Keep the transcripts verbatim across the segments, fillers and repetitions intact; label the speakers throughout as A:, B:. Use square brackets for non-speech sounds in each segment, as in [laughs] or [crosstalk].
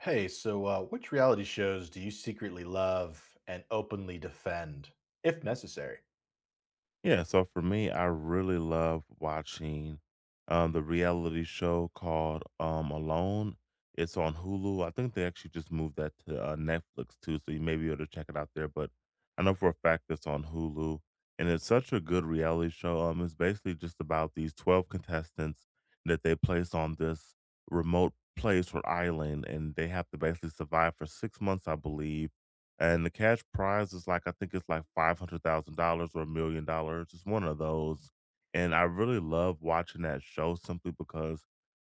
A: Hey, so uh, which reality shows do you secretly love and openly defend, if necessary?
B: Yeah, so for me, I really love watching um, the reality show called um, Alone. It's on Hulu. I think they actually just moved that to uh, Netflix too, so you may be able to check it out there. But I know for a fact it's on Hulu, and it's such a good reality show. Um, it's basically just about these twelve contestants that they place on this remote place or island, and they have to basically survive for six months, I believe, and the cash prize is like I think it's like five hundred thousand dollars or one million dollars. It's one of those, and I really love watching that show simply because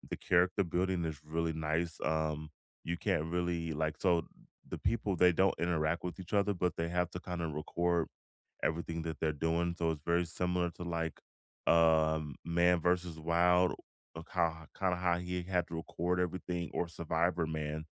B: the character building is really nice. Um, you can't really like so the people, they don't interact with each other, but they have to kinda record everything that they're doing. So it's very similar to like um Man versus Wild, like how kind of how he had to record everything, or Survivor Man.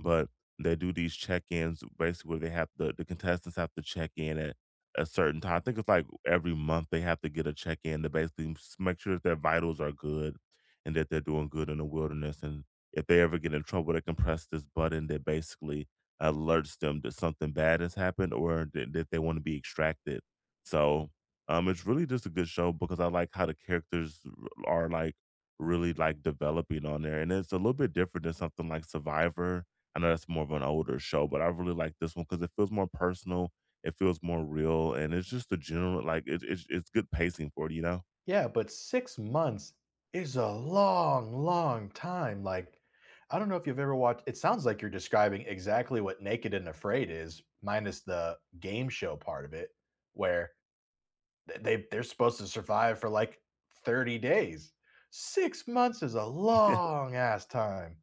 B: But they do these check-ins basically where they have the the contestants have to check in at a certain time. I think it's like every month they have to get a check-in to basically s- make sure that their vitals are good and that they're doing good in the wilderness. And if they ever get in trouble, they can press this button that basically alerts them that something bad has happened, or that, that they want to be extracted. So um, it's really just a good show because I like how the characters r- are like really like developing on there, and it's a little bit different than something like Survivor. I know that's more of an older show, but I really like this one because it feels more personal, it feels more real, and it's just a general like it, it's it's good pacing for it, you know.
A: Yeah, but six months is a long, long time. Like, I don't know if you've ever watched, it sounds like you're describing exactly what Naked and Afraid is, minus the game show part of it, where th- they they're supposed to survive for like thirty days. Six months is a
B: [laughs]
A: long ass time.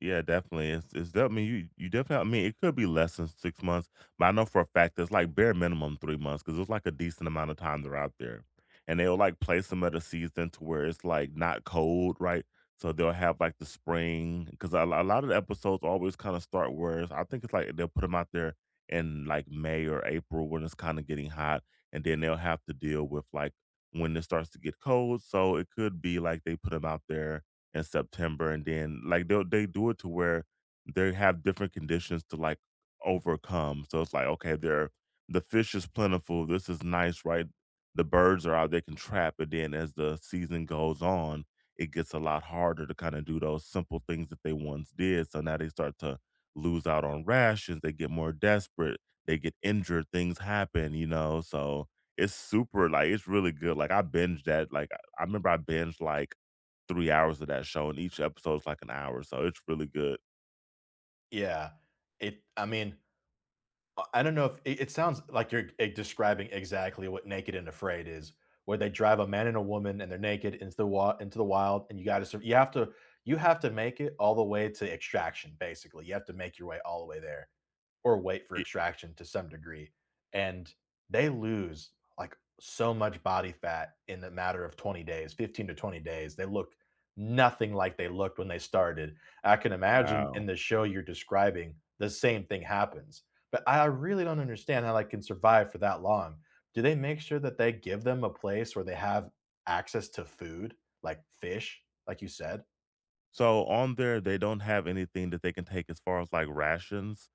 B: Yeah, definitely. It's it's def- I mean, you you definitely. I mean, it could be less than six months, but I know for a fact it's like bare minimum three months because it's like a decent amount of time they're out there, and they'll like place them at a season to where it's like not cold, right? So they'll have like the spring because a, lo- a lot of the episodes always kind of start where it's, I think it's like they'll put them out there in like May or April when it's kind of getting hot, and then they'll have to deal with like when it starts to get cold. So it could be like they put them out there in September, and then like they they do it to where they have different conditions to like overcome. So it's like, okay, they're the fish is plentiful. This is nice, right? The birds are out, they can trap, but then as the season goes on, it gets a lot harder to kind of do those simple things that they once did. So now they start to lose out on rations, they get more desperate, they get injured, things happen, you know. So it's super like it's really good. Like I binged that. Like I I remember I binged like three hours of that show, and each episode's like an hour, so it's really good.
A: Yeah. It, I mean, Uh, I don't know if it it sounds like you're e describing exactly what Naked and Afraid is, where they drive a man and a woman and they're naked into the wa into the wild, and you gotta you have to you have to make it all the way to extraction, basically. You have to make your way all the way there or wait for
B: Ye
A: extraction to some degree. And they lose like so much body fat in a matter of twenty days, fifteen to twenty days. They look nothing like they looked when they started. I can imagine in
B: Wow.
A: the show you're describing, the same thing happens. But I really don't understand how they can survive for that long. Do they make sure that they give them a place where they have access to food, like fish, like you said?
B: So on there, they don't have anything that they can take as far as, like, rations,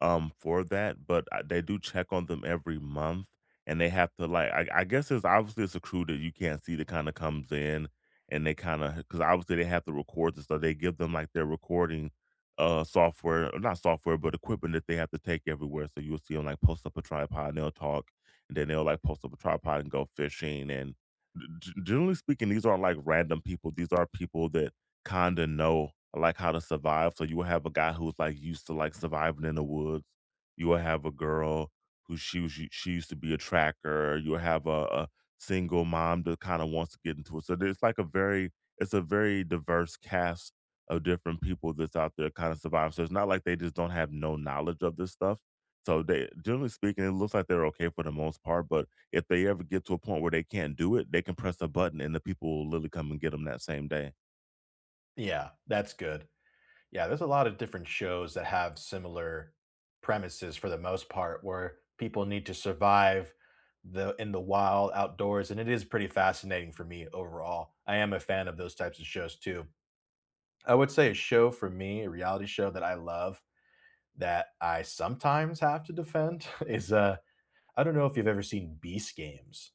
B: um, for that, but I, they do check on them every month, and they have to like I, I guess it's obviously it's a crew that you can't see that kind of comes in, and they kind of because obviously they have to record this so they give them like their recording uh software, or not software, but equipment that they have to take everywhere. So you'll see them like post up a tripod, and they'll talk, and then they'll like post up a tripod and go fishing and. g- Generally speaking, these aren't like random people. These are people that kinda know, like, how to survive. So you will have a guy who's, like, used to, like, surviving in the woods. You will have a girl who she was she used to be a tracker. You'll have a a single mom that kinda wants to get into it. So there's, like, a very it's a very diverse cast of different people that's out there kinda survive. So it's not like they just don't have no knowledge of this stuff. So they generally speaking, it looks like they're okay for the most part, but if they ever get to a point where they can't do it, they can press a button and the people will literally come and get them that same day.
A: Yeah, that's good. Yeah, there's a lot of different shows that have similar premises for the most part, where people need to survive the in the wild outdoors, and it is pretty fascinating for me overall. I am a fan of those types of shows too. I would say a show for me, a reality show that I love that I sometimes have to defend [laughs] is uh I don't know if you've ever seen Beast Games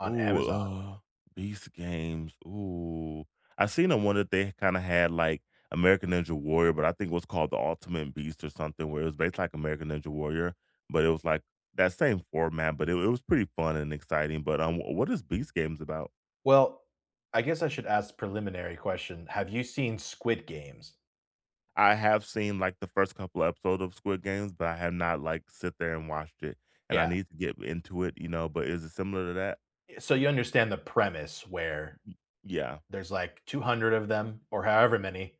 A: on
B: Ooh,
A: Amazon.
B: uh, beast games, ooh. I seen the one that they kinda had, like, American Ninja Warrior, but I think it was called The Ultimate Beast or something where it was based like American Ninja Warrior, but it was, like, that same format, but it it was pretty fun and exciting, but, um, wh- what is beast games about?
A: Well, I guess I should ask preliminary question. Have you seen Squid Games?
B: I have seen, like, the first couple episodes of Squid Games, but I have not, like, sit there and watched it, and I
A: Yeah,
B: need to get into it, you know, but is it similar to that?
A: eh, so you understand the premise where
B: Yeah.
A: there's, like, two hundred of them or however many,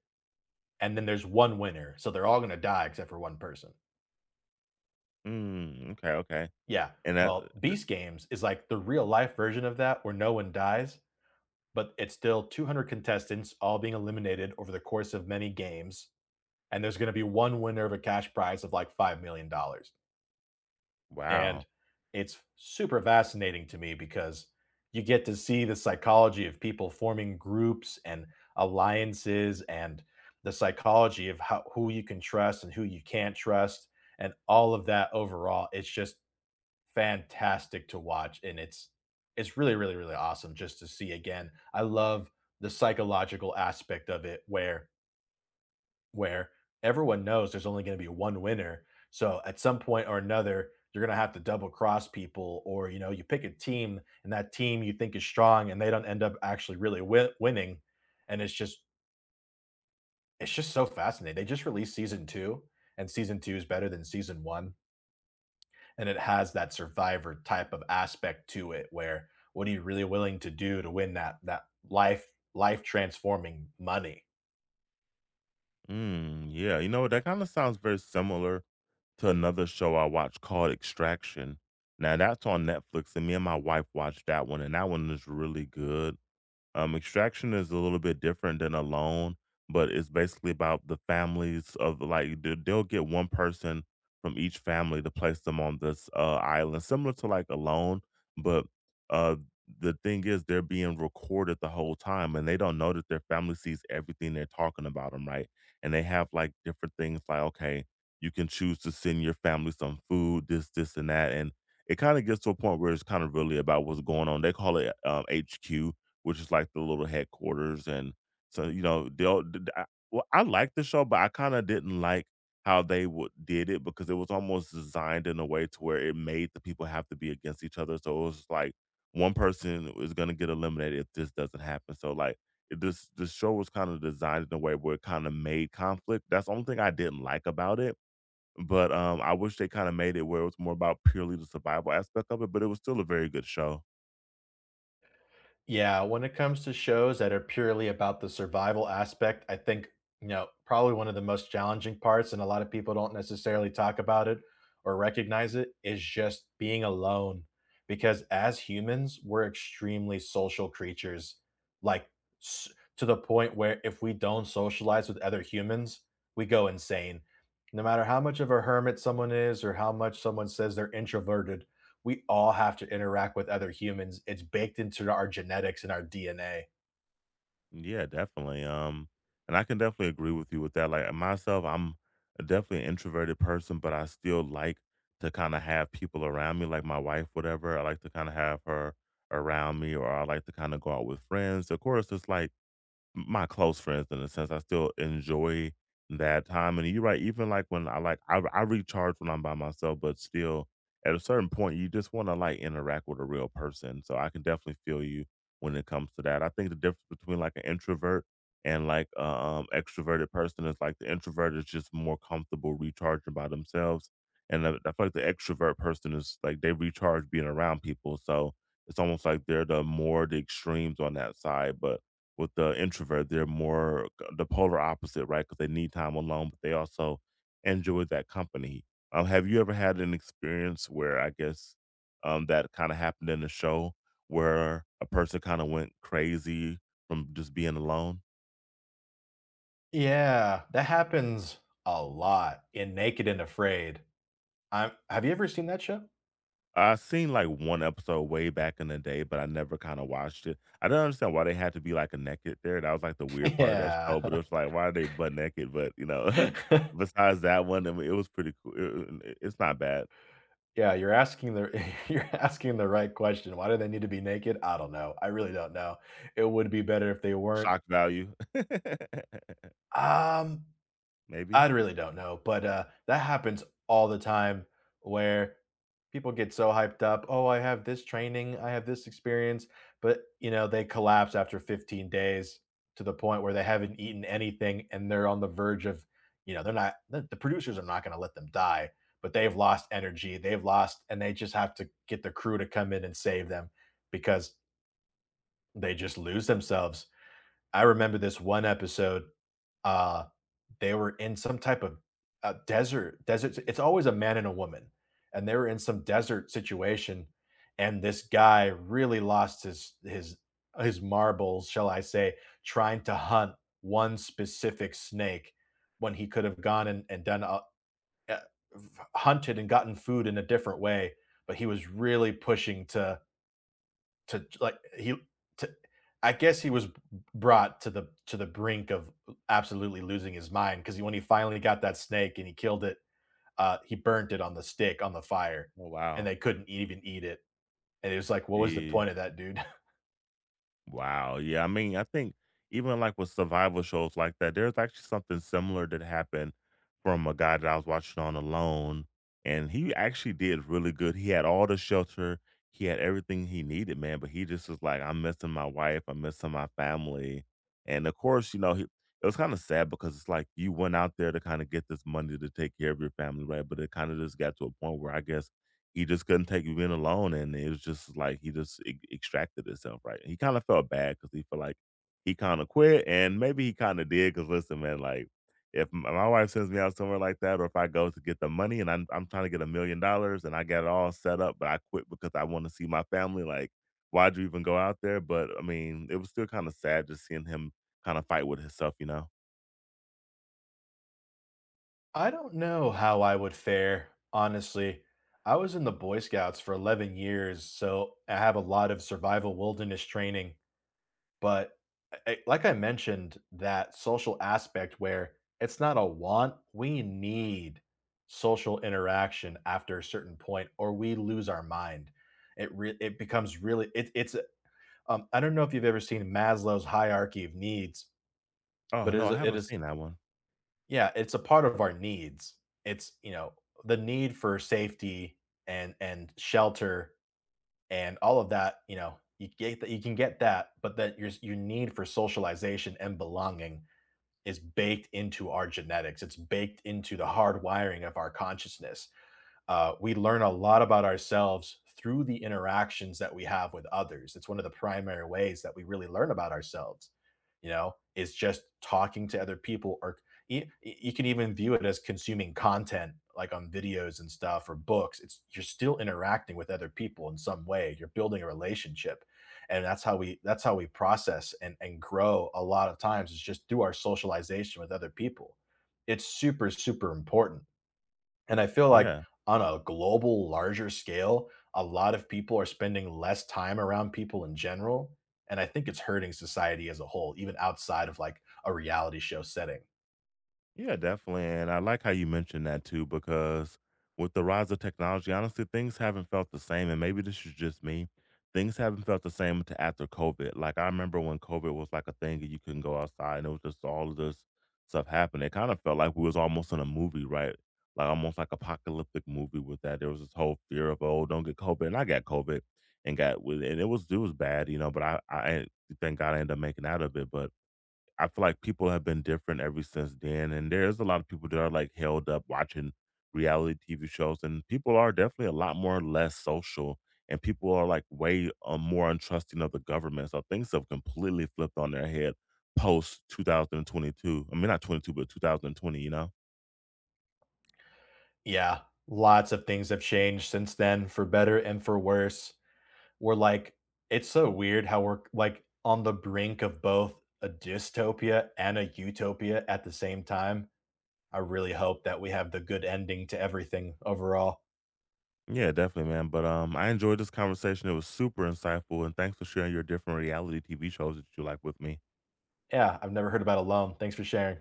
A: and then there's one winner, so they're all gonna die except for one person.
B: Mm, okay, okay,
A: Yeah,
B: and that,
A: well,
B: uh,
A: Beast Games is, like, the real life version of that where no one dies, but it's still two hundred contestants all being eliminated over the course of many games, and there's gonna be one winner of a cash prize of, like, five million dollars. And
B: wow.
A: it's super fascinating to me because you get to see the psychology of people forming groups and alliances and the psychology of how who you can trust and who you can't trust and all of that overall. It's just fantastic to watch and it's it's really, really, really awesome just to see again. I love the psychological aspect of it where where everyone knows there's only going to be one winner. So at some point or another, you're going to have to double cross people, or you know, you pick a team and that team you think is strong, and they don't end up actually really win- winning. And it's just it's just so fascinating. They just released season two, and season two is better than season one, and it has that survivor type of aspect to it, where what are you really willing to do to win that that life life transforming money?
B: Mm, yeah, you know that kind of sounds very similar to another show I watched called Extraction. Now that's on Netflix, and me and my wife watched that one, and that one is really good. Um, Extraction is a little bit different than a loan, but it's basically about the families of like they- they'll get one person from each family to place them on this uh, island, similar to like a loan. But uh, the thing is they're being recorded the whole time, and they don't know that their family sees everything they're talking about them, right? And they have like different things like, okay, you can choose to send your family some food, this, this, and that, and it kind of gets to a point where it's kind of really about what's going on. They call it um, H Q, which is like the little headquarters, and so, you know, they'll d d I well, I liked the show, but I kinda didn't like how they would did it because it was almost designed in a way to where it made the people have to be against each other, so it was just like one person is gonna get eliminated if this doesn't happen, so, like, it, this this show was kinda designed in a way where it kinda made conflict. That's the only thing I didn't like about it, but, um, I wish they kinda made it where it was more about purely the survival aspect of it, but it was still a very good show.
A: Yeah, when it comes to shows that are purely about the survival aspect, I think, you know, probably one of the most challenging parts, and a lot of people don't necessarily talk about it or recognize it, is just being alone. Because as humans, we're extremely social creatures, like s- to the point where if we don't socialize with other humans, we go insane. No matter how much of a hermit someone is or how much someone says they're introverted, we all have to interact with other humans. It's baked into our genetics and our D N A.
B: Yeah, definitely. Um, and I can definitely agree with you with that. Like myself, I'm definitely an introverted person, but I still like to kind of have people around me, like my wife, whatever. I like to kind of have her around me, or I like to kind of go out with friends. Of course, it's like my close friends in a sense. I still enjoy that time. And you're right, even like when I like I, I recharge when I'm by myself, but still at a certain point you just want to like interact with a real person. So I can definitely feel you when it comes to that. I think the difference between like an introvert and like a, um extroverted person is like the introvert is just more comfortable recharging by themselves. And I, I feel like the extrovert person is like they recharge being around people. So it's almost like they're the more the extremes on that side. But with the introvert, they're more uh, the polar opposite, right? Because they need time alone, but they also enjoy that company. Um, have you ever had an experience where I guess um, that kind of happened in the show where a person kind of went crazy from just being alone?
A: Yeah, that happens a lot in Naked and Afraid. I'm, have you ever seen that show?
B: I seen like one episode way back in the day, but I never kind of watched it. I don't understand why they had to be like a naked there. That was like the weird
A: [laughs]
B: part of that
A: Yeah.
B: show, but it was like, why are they butt naked? But you know, [laughs]
A: [laughs]
B: besides that one, I mean, it was pretty cool. It- it- it's not bad.
A: Yeah, you're asking the [laughs] you're asking the right question. Why do they need to be naked? I don't know. I really don't know. It would be better if they weren't.
B: Shock value. [laughs]
A: Um I
B: Maybe?
A: really don't know, but, uh, that happens all the time where people get so hyped up, "Oh, I have this training, I have this experience," but, you know, they collapse after fifteen days to the point where they haven't eaten anything and they're on the verge of, you know, they're not the the producers are not gonna let them die, but they've lost energy, they've lost and they just have to get the crew to come in and save them because they just lose themselves. I remember this one episode uh, they were in some type of, uh, desert desert it's always a man and a woman, and they were in some desert situation, and this guy really lost his his his marbles, shall I say, trying to hunt one specific snake when he could have gone and and done a eh, hunted and gotten food in a different way, but he was really pushing to to like he to I guess he was brought to the to the brink of absolutely losing his mind because when he finally got that snake and he killed it, uh, he burnt it on the stick on the fire,
B: Oh,
A: and
B: wow.
A: they couldn't even eat it. And it was like, what was the
B: Jeez.
A: point of that, dude?
B: Wow, yeah, I mean, I think even, like, with survival shows like that, there's actually something similar that happened from a guy that I was watching on Alone, and he actually did really good. He had all the shelter, he had everything he needed, man, but he just was like, "I'm missing my wife, I'm missing my family," and, of course, you know, he it was kinda sad because it's like you went out there to kinda get this money to take care of your family, right, but it kinda just got to a point where I guess he just couldn't take being alone, and it was just like he just e- extracted himself, right? He kind of felt bad because he felt like he kind of quit, and maybe he kind of did. Because listen, man, like if m- my wife sends me out somewhere like that, or if I go to get the money and I'm I'm trying to get a million dollars and I got it all set up, but I quit because I want to see my family, like why'd you even go out there? But I mean, it was still kind of sad just seeing him kind of fight with himself, you know?
A: [laughs] I don't know how I would fare, honestly. I was in the Boy Scouts for eleven years, so I have a lot of survival wilderness training. But I I like I mentioned, that social aspect where it's not a want, we need social interaction after a certain point or we lose our mind. It re it becomes really it it's a um, I don't know if you've ever seen Maslow's hierarchy of needs,
B: Oh
A: but it
B: no,
A: is
B: I
A: it
B: haven't
A: is
B: seen that one.
A: yeah, it's a part of our needs. It's, you know, the need for safety and and shelter and all of that, you know, you get that you can get that, but that your your need for socialization and belonging is baked into our genetics. It's baked into the hard wiring of our consciousness. Uh, we learn a lot about ourselves through the interactions that we have with others. It's one of the primary ways that we really learn about ourselves, you know, is just talking to other people, or y- you can even view it as consuming content like on videos and stuff or books. It's You're still interacting with other people in some way. You're building a relationship. And that's how we that's how we process and, and grow a lot of times is just through our socialization with other people. It's super, super important. And I feel like
B: Yeah.
A: on a global, larger scale, a lot of people are spending less time around people in general, and I think it's hurting society as a whole, even outside of, like, a reality show setting.
B: Yeah, definitely. And I like how you mentioned that too, because with the rise of technology, honestly, things haven't felt the same. And maybe this is just me. Things haven't felt the same to after COVID. Like I remember when COVID was like a thing and you couldn't go outside and it was just all of this stuff happening. It kind of felt like we was almost in a movie, right? Like almost like apocalyptic movie with that. There was this whole fear of, oh, don't get COVID. And I got COVID and got with and it was it was bad, you know, but I, I thank God I ended up making out of it. But I feel like people have been different ever since then, and there's a lot of people that are like held up watching reality T V shows, and people are definitely a lot more less social, and people are like way uh, more untrusting of the government. So things have completely flipped on their head post two thousand twenty-two. I mean, not twenty-two, but two thousand twenty. You know?
A: Yeah, lots of things have changed since then for better and for worse. We're like It's so weird how we're, like, on the brink of both a dystopia and a utopia at the same time. I really hope that we have the good ending to everything overall.
B: Yeah, definitely, man. But um, I enjoyed this conversation. It was super insightful, and thanks for sharing your different reality T V shows that you like with me.
A: Yeah, I've never heard about Alone. Thanks for sharing.